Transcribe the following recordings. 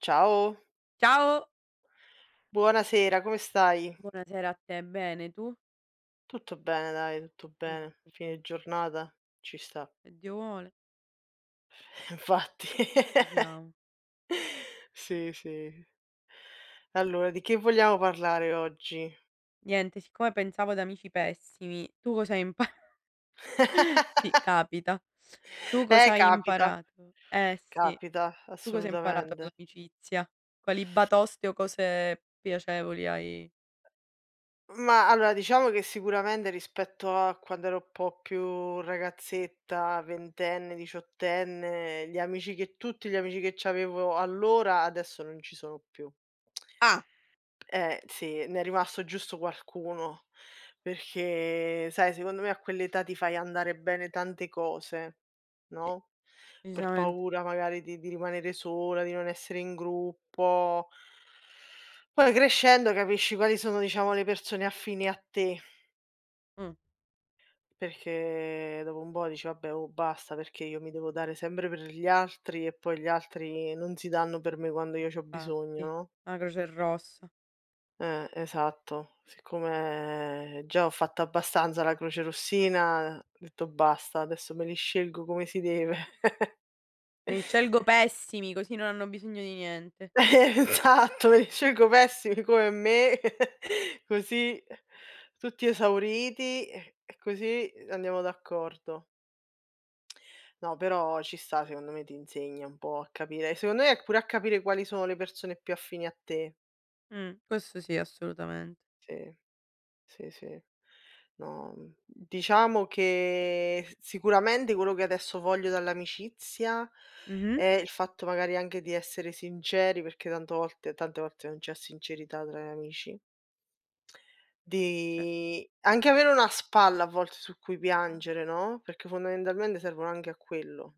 Ciao, Ciao, buonasera, come stai? buonasera a te. Bene, tu? Tutto bene dai, tutto Mi fa bene. piacere. Fine giornata, ci sta. Se Dio vuole, Infatti. ci siamo. Sì, sì. Allora, di che vogliamo parlare oggi? Niente, siccome pensavo ad amici pessimi, tu cosa hai imparato? Sì, capita. Tu cosa hai capita, imparato? Eh sì, capita, tu cosa hai imparato assolutamente. dall'amicizia? Quali batoste o cose piacevoli hai? Ma allora diciamo che sicuramente rispetto a quando ero un po' più ragazzetta, ventenne, diciottenne, gli amici che c'avevo allora adesso non ci sono più. Ah! Eh sì, ne è rimasto giusto qualcuno, perché sai secondo me a quell'età ti fai andare bene tante cose, Sì, no, per decisamente. paura magari di rimanere sola, di non essere in gruppo. Poi crescendo capisci quali sono, diciamo, le persone affini a te, Mh, perché dopo un po' dici: "Vabbè oh basta, perché io mi devo dare sempre per gli altri e poi gli altri non si danno per me quando io c'ho bisogno", infatti, no? la Croce Rossa. Esatto. Siccome già ho fatto abbastanza la croce rossina, ho detto: "Basta, adesso me li scelgo come si deve". E scelgo pessimi, così non hanno bisogno di niente. Esatto, me li scelgo pessimi come me, così tutti esauriti e così andiamo d'accordo. No, però ci sta, secondo me ti insegna un po' a capire e secondo me è pure a capire quali sono le persone più affini a te. Questo sì, assolutamente. Sì. Sì, sì. No, diciamo che s sicuramente quello che adesso voglio dall'amicizia Mh-mh. è il fatto magari anche di essere sinceri, perché tanto volte tante volte non c'è sincerità tra gli amici, Ce di anche avere una spalla a volte su cui piangere, no, perché fondamentalmente servono anche a quello.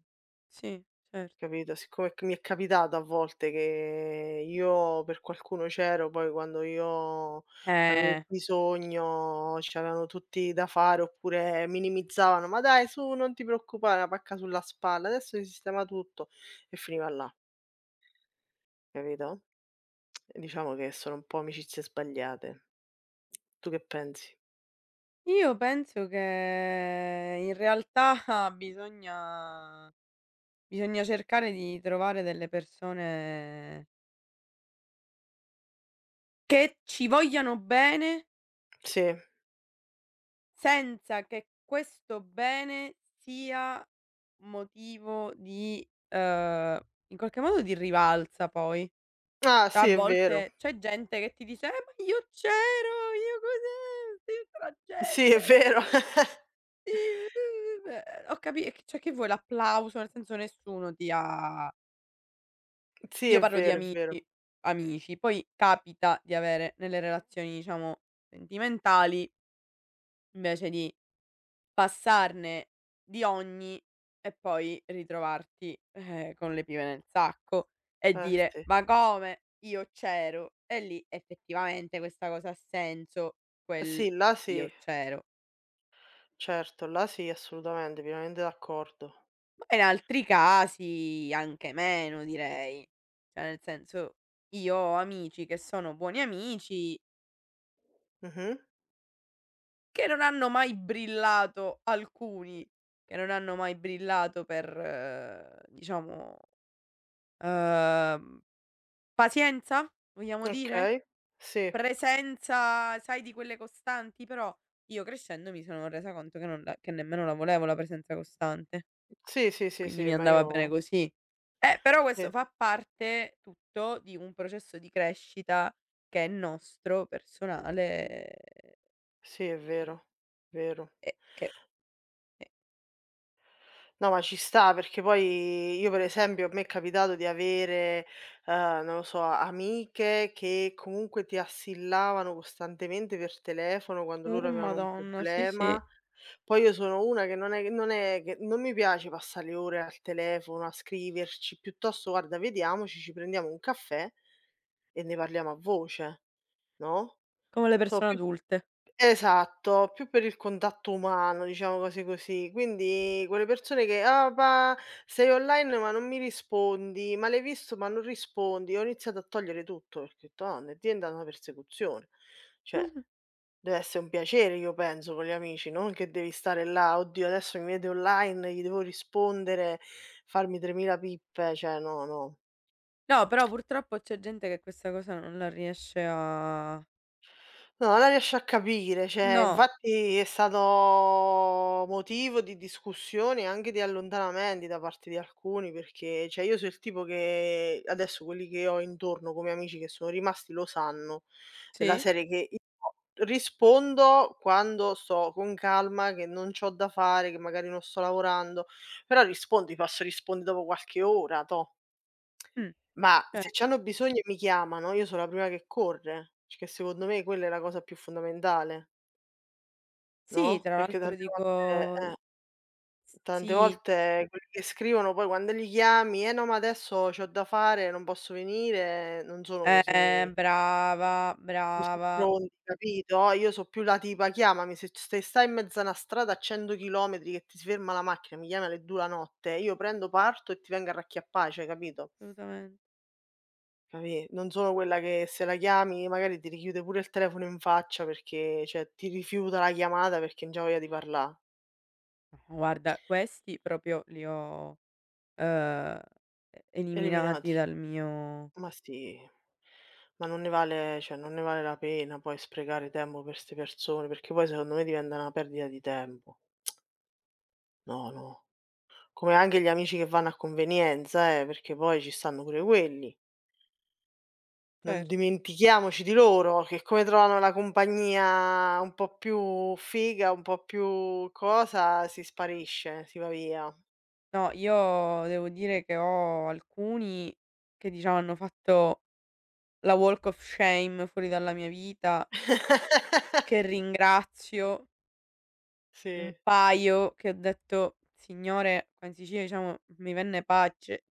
Sì, certo. Capito? Siccome c mi è capitato a volte che io per qualcuno c'ero, poi quando io avevo Eh. bisogno c'erano tutti da fare oppure minimizzavano: "Ma dai su, non ti preoccupare, una pacca sulla spalla, adesso si sistema tutto" e finiva là, capito? E diciamo che sono un po' amicizie sbagliate. Tu che pensi? Io penso che in realtà bisogna bisogna cercare di trovare delle persone che ci vogliano bene, Sì. senza che questo bene sia motivo di in qualche modo di rivalsa poi. Ah Cioè a sì, è vero. volte c'è gente che ti dice: ma io c'ero, io cos'è, ste Sì, è vero. tragedie". Sì, beh, ho capi cioè che vuoi l'applauso, nel senso nessuno ti ha. Sì, Io è parlo di vero, è vero. amici amici, poi capita di avere nelle relazioni, diciamo, sentimentali, invece di passarne di ogni e poi ritrovarti, con le pive nel sacco e Eh dire: sì. "Ma come? Io c'ero". E lì effettivamente questa cosa ha senso, quel sì, là "io sì. c'ero". Certo, là sì, assolutamente, pienamente d'accordo. Ma in altri casi anche meno direi. Cioè nel senso, io ho amici che sono buoni amici, Mh-mh. che non hanno mai brillato alcuni, che non hanno mai brillato per diciamo, uhm, pazienza vogliamo dire? Okay. Sì. Presenza, sai di quelle costanti, però io crescendo mi sono resa conto che non la che nemmeno la volevo la presenza costante, Sì, sì, sì, quindi sì, mi ma andava bene io così. Però questo sì, fa parte tutto di un processo di crescita che è nostro, personale, sì, è ehm, vero, vero. e che e No, ma ci sta perché poi io per esempio a me è capitato di avere, non lo so, amiche che comunque ti assillavano costantemente per telefono quando loro avevano un madonna, sì, sì, problema. Poi io sono una che non è che non mi piace passà le ore al telefono a scriverci, piuttosto guarda vediamoci, ci prendiamo un caffè e ne parliamo a voce, no, come le so persone più adulte. esatto, più per il contatto umano, diciamo cose così. Quindi quelle persone che: "Ah, ma sei online ma non mi rispondi, ma l'hai visto ma non rispondi", ho iniziato a togliere tutto perché ho detto: "Nonna, è diventata una persecuzione". Cioè, Mh-mh. deve essere un piacere io penso con gli amici, non che devi stare là: "Oddio adesso mi vede online, gli devo rispondere, farmi 3000 pippe". Cioè no, no. No, però purtroppo c'è gente che questa cosa non la riesce a. No, non la riesce a capire, cioè No, infatti è stato motivo di discussioni e anche di allontanamenti da parte di alcuni, perché cioè io so il tipo che adesso quelli che ho intorno come amici che sono rimasti lo sanno, della sì? serie che io rispondo quando sto con calma, che non c'ho da fare, che magari non sto lavorando, però rispondo, ti posso rispondere dopo qualche ora, toh. Mh, Ma se cer c'hanno bisogno e mi chiamano, io so' la prima che corre, perché secondo me quella è la cosa più fondamentale, sì, no, tra perché l'altro dico s tante sì, volte quelli che scrivono poi quando li chiami: no, ma adesso c'ho da fare, non posso venire", non sono così brava, così brava, pronti, capito? Oh, io so' più la tipa: "Chiamami, se c se stai in mezzo a 'na strada a 100 chilometri che ti ferma la macchina, mi chiami alle 2 la notte, io prendo, parto e ti vengo a racchiappà", cioè capito? assolutamente. Capì? Non sono quella che se la chiami magari ti richiude pure il telefono in faccia perché cioè ti rifiuta la chiamata perché non c'ha voglia di parlà. No, guarda, questi proprio li ho Uhm, eliminati Eliminati. dal mio. Ma sì, ma non ne vale cioè non ne vale la pena poi sprecare tempo per 'ste persone, perché poi secondo me diventa una perdita di tempo. No, no. Come anche gli amici che vanno a convenienza perché poi ci stanno pure quelli. Non Certo. dimentichiamoci di loro, che come trovano la compagnia un po' più figa, un po' più cosa, si sparisce, si va via. No, io devo dire che ho alcuni che diciamo hanno fatto la walk of shame fuori dalla mia vita, che ringrazio, un Sì. paio che ho detto: "Signore", qua in Sicilia diciamo: "Mi venne pace",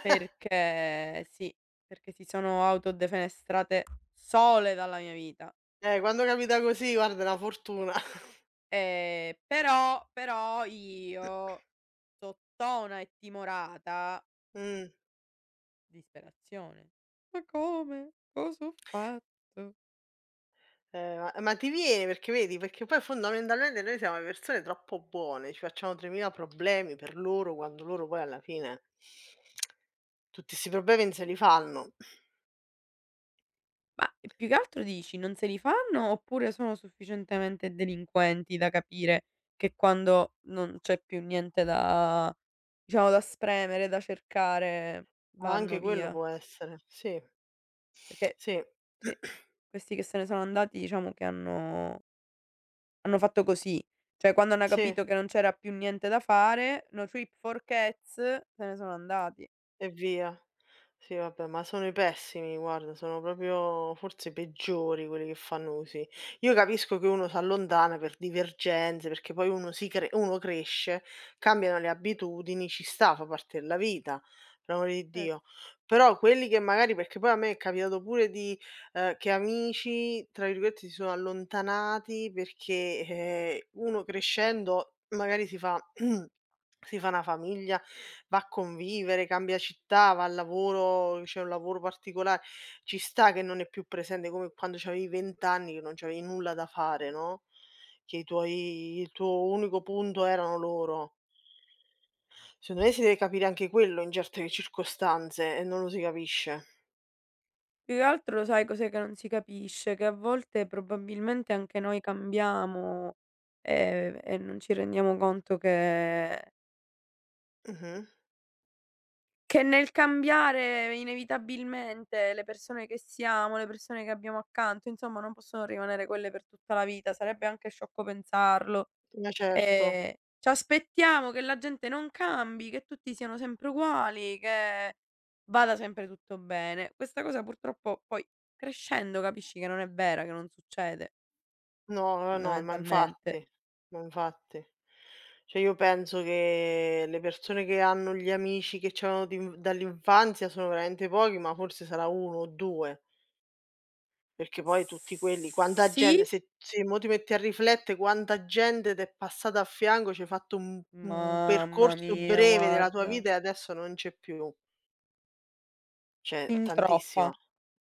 perché sì, perché si sono autodefenestrate sole dalla mia vita. Quando capita così guarda è una fortuna. Però io, sottona e timorata. Mh. Disperazione. "Ma come? Cosa ho fatto?" Ma ti viene perché vedi, perché poi fondamentalmente noi siamo persone troppo buone, ci facciamo 3000 problemi per loro, quando loro poi alla fine tutti 'sti problemi non se li fanno. Ma più che altro dici: non se li fanno oppure sono sufficientemente delinquenti da capire che quando non c'è più niente da, diciamo, da spremere, da cercare, vanno Anche quello via? può essere, sì. Perché Sì, sì, questi che se ne sono andati diciamo che hanno fatto così. Cioè quando hanno sì. capito che non c'era più niente da fare, no trip for cats, se ne sono andati. E via. Sì, vabbè, ma sono i pessimi, guarda, sono proprio forse i peggiori quelli che fanno così. Io capisco che uno s'allontana per divergenze, perché poi uno cresce, cambiano le abitudini, ci sta, fa parte della vita, per amor di Cer Dio. Però quelli che magari perché poi a me è capitato pure di che amici, tra virgolette, "si sono allontanati" perché, uno crescendo magari si fa si fa 'na famiglia, va a convivere, cambia città, va al lavoro, c'è un lavoro particola ci sta che non è più presente come quando c'avevi 20 anni che non c'avevi nulla da fare, no, che i tuoi il tuo unico punto erano loro. Secondo me si deve capire anche quello in certe circostanze e non lo si capisce. Più che altro lo sai cos'è che non si capisce? Che a volte probabilmente anche noi cambiamo, e non ci rendiamo conto che Mh-mh. Nel cambiare inevitabilmente le persone che siamo, le persone che abbiamo accanto, insomma non possono rimanere quelle per tutta la vita, sarebbe anche sciocco pensarlo. Ma certo. Ehm, C'aspettiamo che la gente non cambi, che tutti siano sempre uguali, che vada sempre tutto bene. Questa cosa purtroppo poi crescendo capisci che non è vera, che non succede No, no, no, ma fondamentalmente. infatti, ma infatti. Cioè io penso che le persone che hanno gli amici che c'avevano din dall'infanzia sono veramente pochi, ma forse sarà 1 o 2, perché poi tutti quelli quanta gente Sì, se mo ti metti a riflette quanta gente t'è passata a fianco, c'hai fatto un mamma percorso mia breve della tua guarda, vita e adesso non c'è più. Cioè fin tantissima. troppa.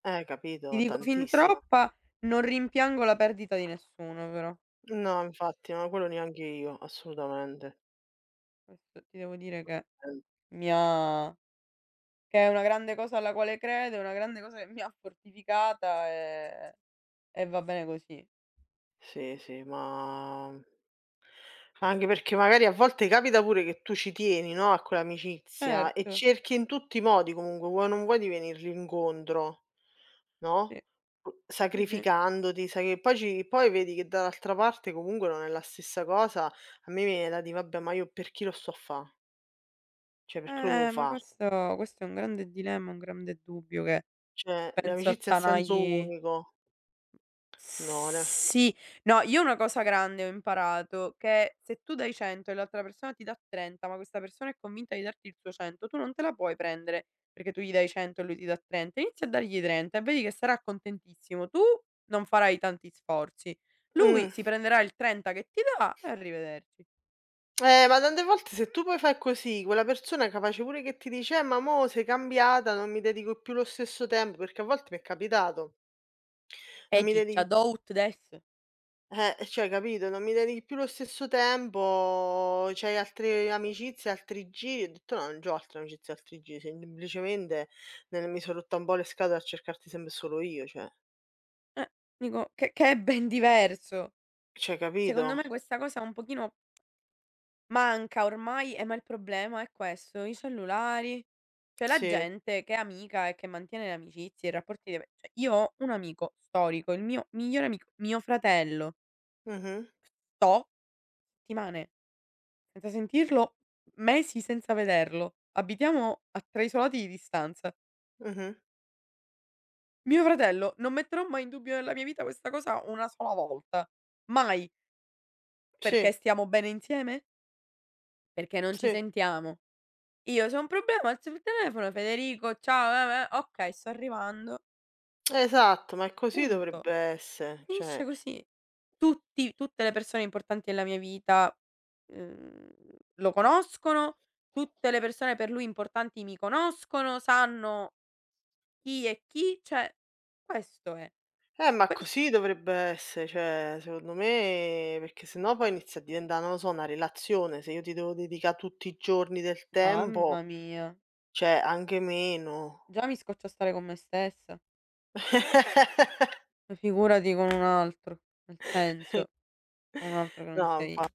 Ti Capito? dico fin Tantissima. troppa, non rimpiango la perdita di nessuno però. No, infatti, no, quello neanche io, assolutamente. Questo ti devo dire che Eh. mi ha. Che è una grande cosa alla quale credo, è una grande cosa che mi ha fortificata e va bene così. Sì, sì, ma anche perché magari a volte capita pure che tu ci tieni, no, a quell'amicizia e Certo, cerchi in tutti i modi comunque, vuoi o non vuoi, di venirgli incontro, no, sì, u sì, sì. sacrificandoti, sai che poi ci poi vedi che dall'altra parte comunque non è la stessa cosa, a me viene da dì: "Vabbè, ma io per chi lo sto a fa? Cioè, perché lo devo Ma fa?" questo è un grande dilemma, un grande dubbio che Cioè, penso l'amicizia a senso attanagli. unico. No, le Sì. No, io una cosa grande ho imparato, che se tu dai 100 e l'altra persona ti dà 30, ma questa persona è convinta di darti il suo 100, tu non te la puoi prendere perché tu gli dai 100 e lui ti dà 30. Inizia a dargli 30 e vedi che sarà contentissimo. Tu non farai tanti sforzi. Lui mh. si prenderà il 30 che ti dà e arrivederci. Ma tante volte se tu poi fai così, quella persona è capace pure che ti dice: ma mo sei cambiata, non mi dedico più lo stesso tempo", perché a volte mi è capitato. Non mi dedi Ciccia, dout des. Cioè capito, non mi dedichi più lo stesso tempo, c'hai altre amicizie, altri giri. Ho detto: "No, non c'ho altre amicizie, altri giri, semplicemente ne mi so' rotta un po' le scatole a cercarti sempre solo io", cioè Eh, Dico che è ben diverso. cioè Secondo capito? me questa cosa un pochino manca ormai, ma il problema è questo, i cellulari, cioè la Sì. gente che è amica e che mantiene le amicizie, i rapporti de cioè io ho un amico storico, il mio migliore amico, mio fratello, Mh-mh, sto settimane senza sentirlo, mesi senza vederlo. Abitiamo a 3 isolati di distanza. mh-mh. Mio fratello non metterò mai in dubbio nella mia vita questa cosa una sola volta. Mai. Perché Sì, stiamo bene insieme? Perché non ci sì. sentiamo. Io se ho un problema alzo il telefono, Federico, ciao, okay, sto arrivando. Esatto, ma è così Punto. dovrebbe esse, cioè Finisce così. Tutti tutte le persone importanti della mia vita, uhm, lo conoscono, tutte le persone per lui importanti mi conoscono, sanno chi è chi, cioè questo è. eh, ma Pers così dovrebbe essere, cioè secondo me perché sennò poi inizia a diventà, non lo so, una relazione, se io ti devo dedica' tutti i giorni del Mamma tempo, mia, cioè anche meno. già mi scoccio a stare con me stessa, ma figurati con un altro, nel senso, con un altro che non No, sia io. infatti,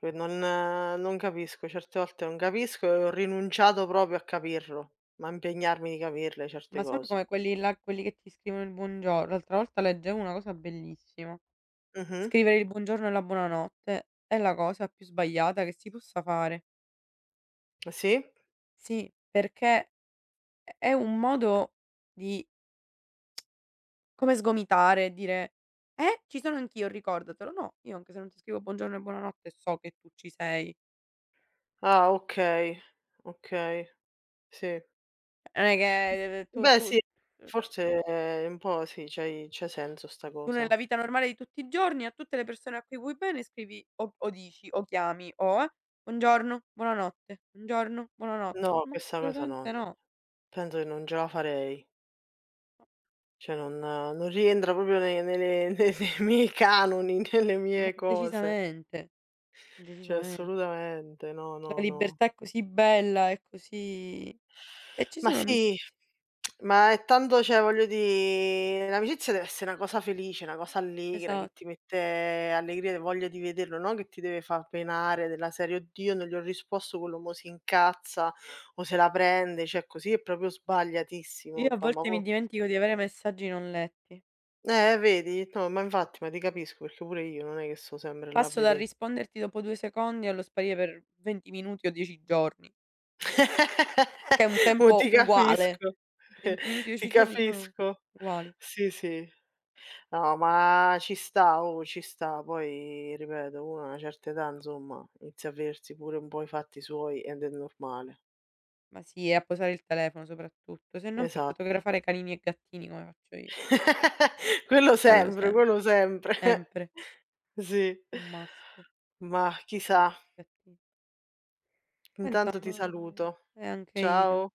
che non capisco, certe volte non capisco e ho rinunciato proprio a capirlo, ma a impegnarmi di capirle certe Ma sono cose. come quelli là, quelli che ti scrivono il buongior L'altra volta leggevo una cosa bellissima. Mh-mh. Scrivere il buongiorno e la buonanotte è la cosa più sbagliata che si possa fare. Sì? Sì, perché è un modo di come sgomitare, dire: ci sono anch'io, ricordatelo". No, io anche se non ti scrivo buongiorno e buonanotte so che tu ci sei. Ah, okay, okay, sì. Non è che tu Beh tu sì, cioè, forse un po' sì, c'ha senso sta tu cosa. nella vita normale di tutti i giorni a tutte le persone a cui vuoi bene scrivi o dici o chiami o: "Buongiorno, buonanotte, buongiorno, buonanotte". No, Ma questa cosa assolutamente non no, penso che non ce la farei. ma Cioè non rientra proprio ne nelle ne nei miei canoni, nelle ma mie cose. decisamente, Cioè decisamente. assolutamente, no, La no, no. libertà è così bella, è così e ci Ma sono sì amicizie, ma è tanto cioè voglio dì, l'amicizia deve essere una cosa felice, una cosa allegra, che esatto. ti mette allegria e voglia di vederlo, no che ti deve far penare della serie: "Oddio non gli ho risposto, quello mo' si incazza o se la prende." Cioè così è proprio Io sbagliatissimo. a Da ma volte mi po dimentico di avere messaggi non letti. Vedi? No, ma infatti, ma ti capisco perché pure io non è che sto sempre là a Passo dal vedè. risponderti dopo 2 secondi allo sparire per 20 minuti o 10 giorni, che è un Oh tempo ti uguale. capisco, 20 minuti e ti 10 giorni sono capisco. uguali. Sì, sì. No, ma ci sta, oh, ci sta. Poi ripeto, uno a una certa età insomma inizia a vedersi pure un po' i fatti suoi ed è normale. Ma sì, e a posare il telefono soprattutto, se non per Esatto. fotografare canini e gattini come faccio io. Quello Quello sempre, sempre, quello sempre. sempre Sì. un must, Mah, chissà. cani e gattini. Ma Intanto ti insomma, saluto. e anche io. Ciao.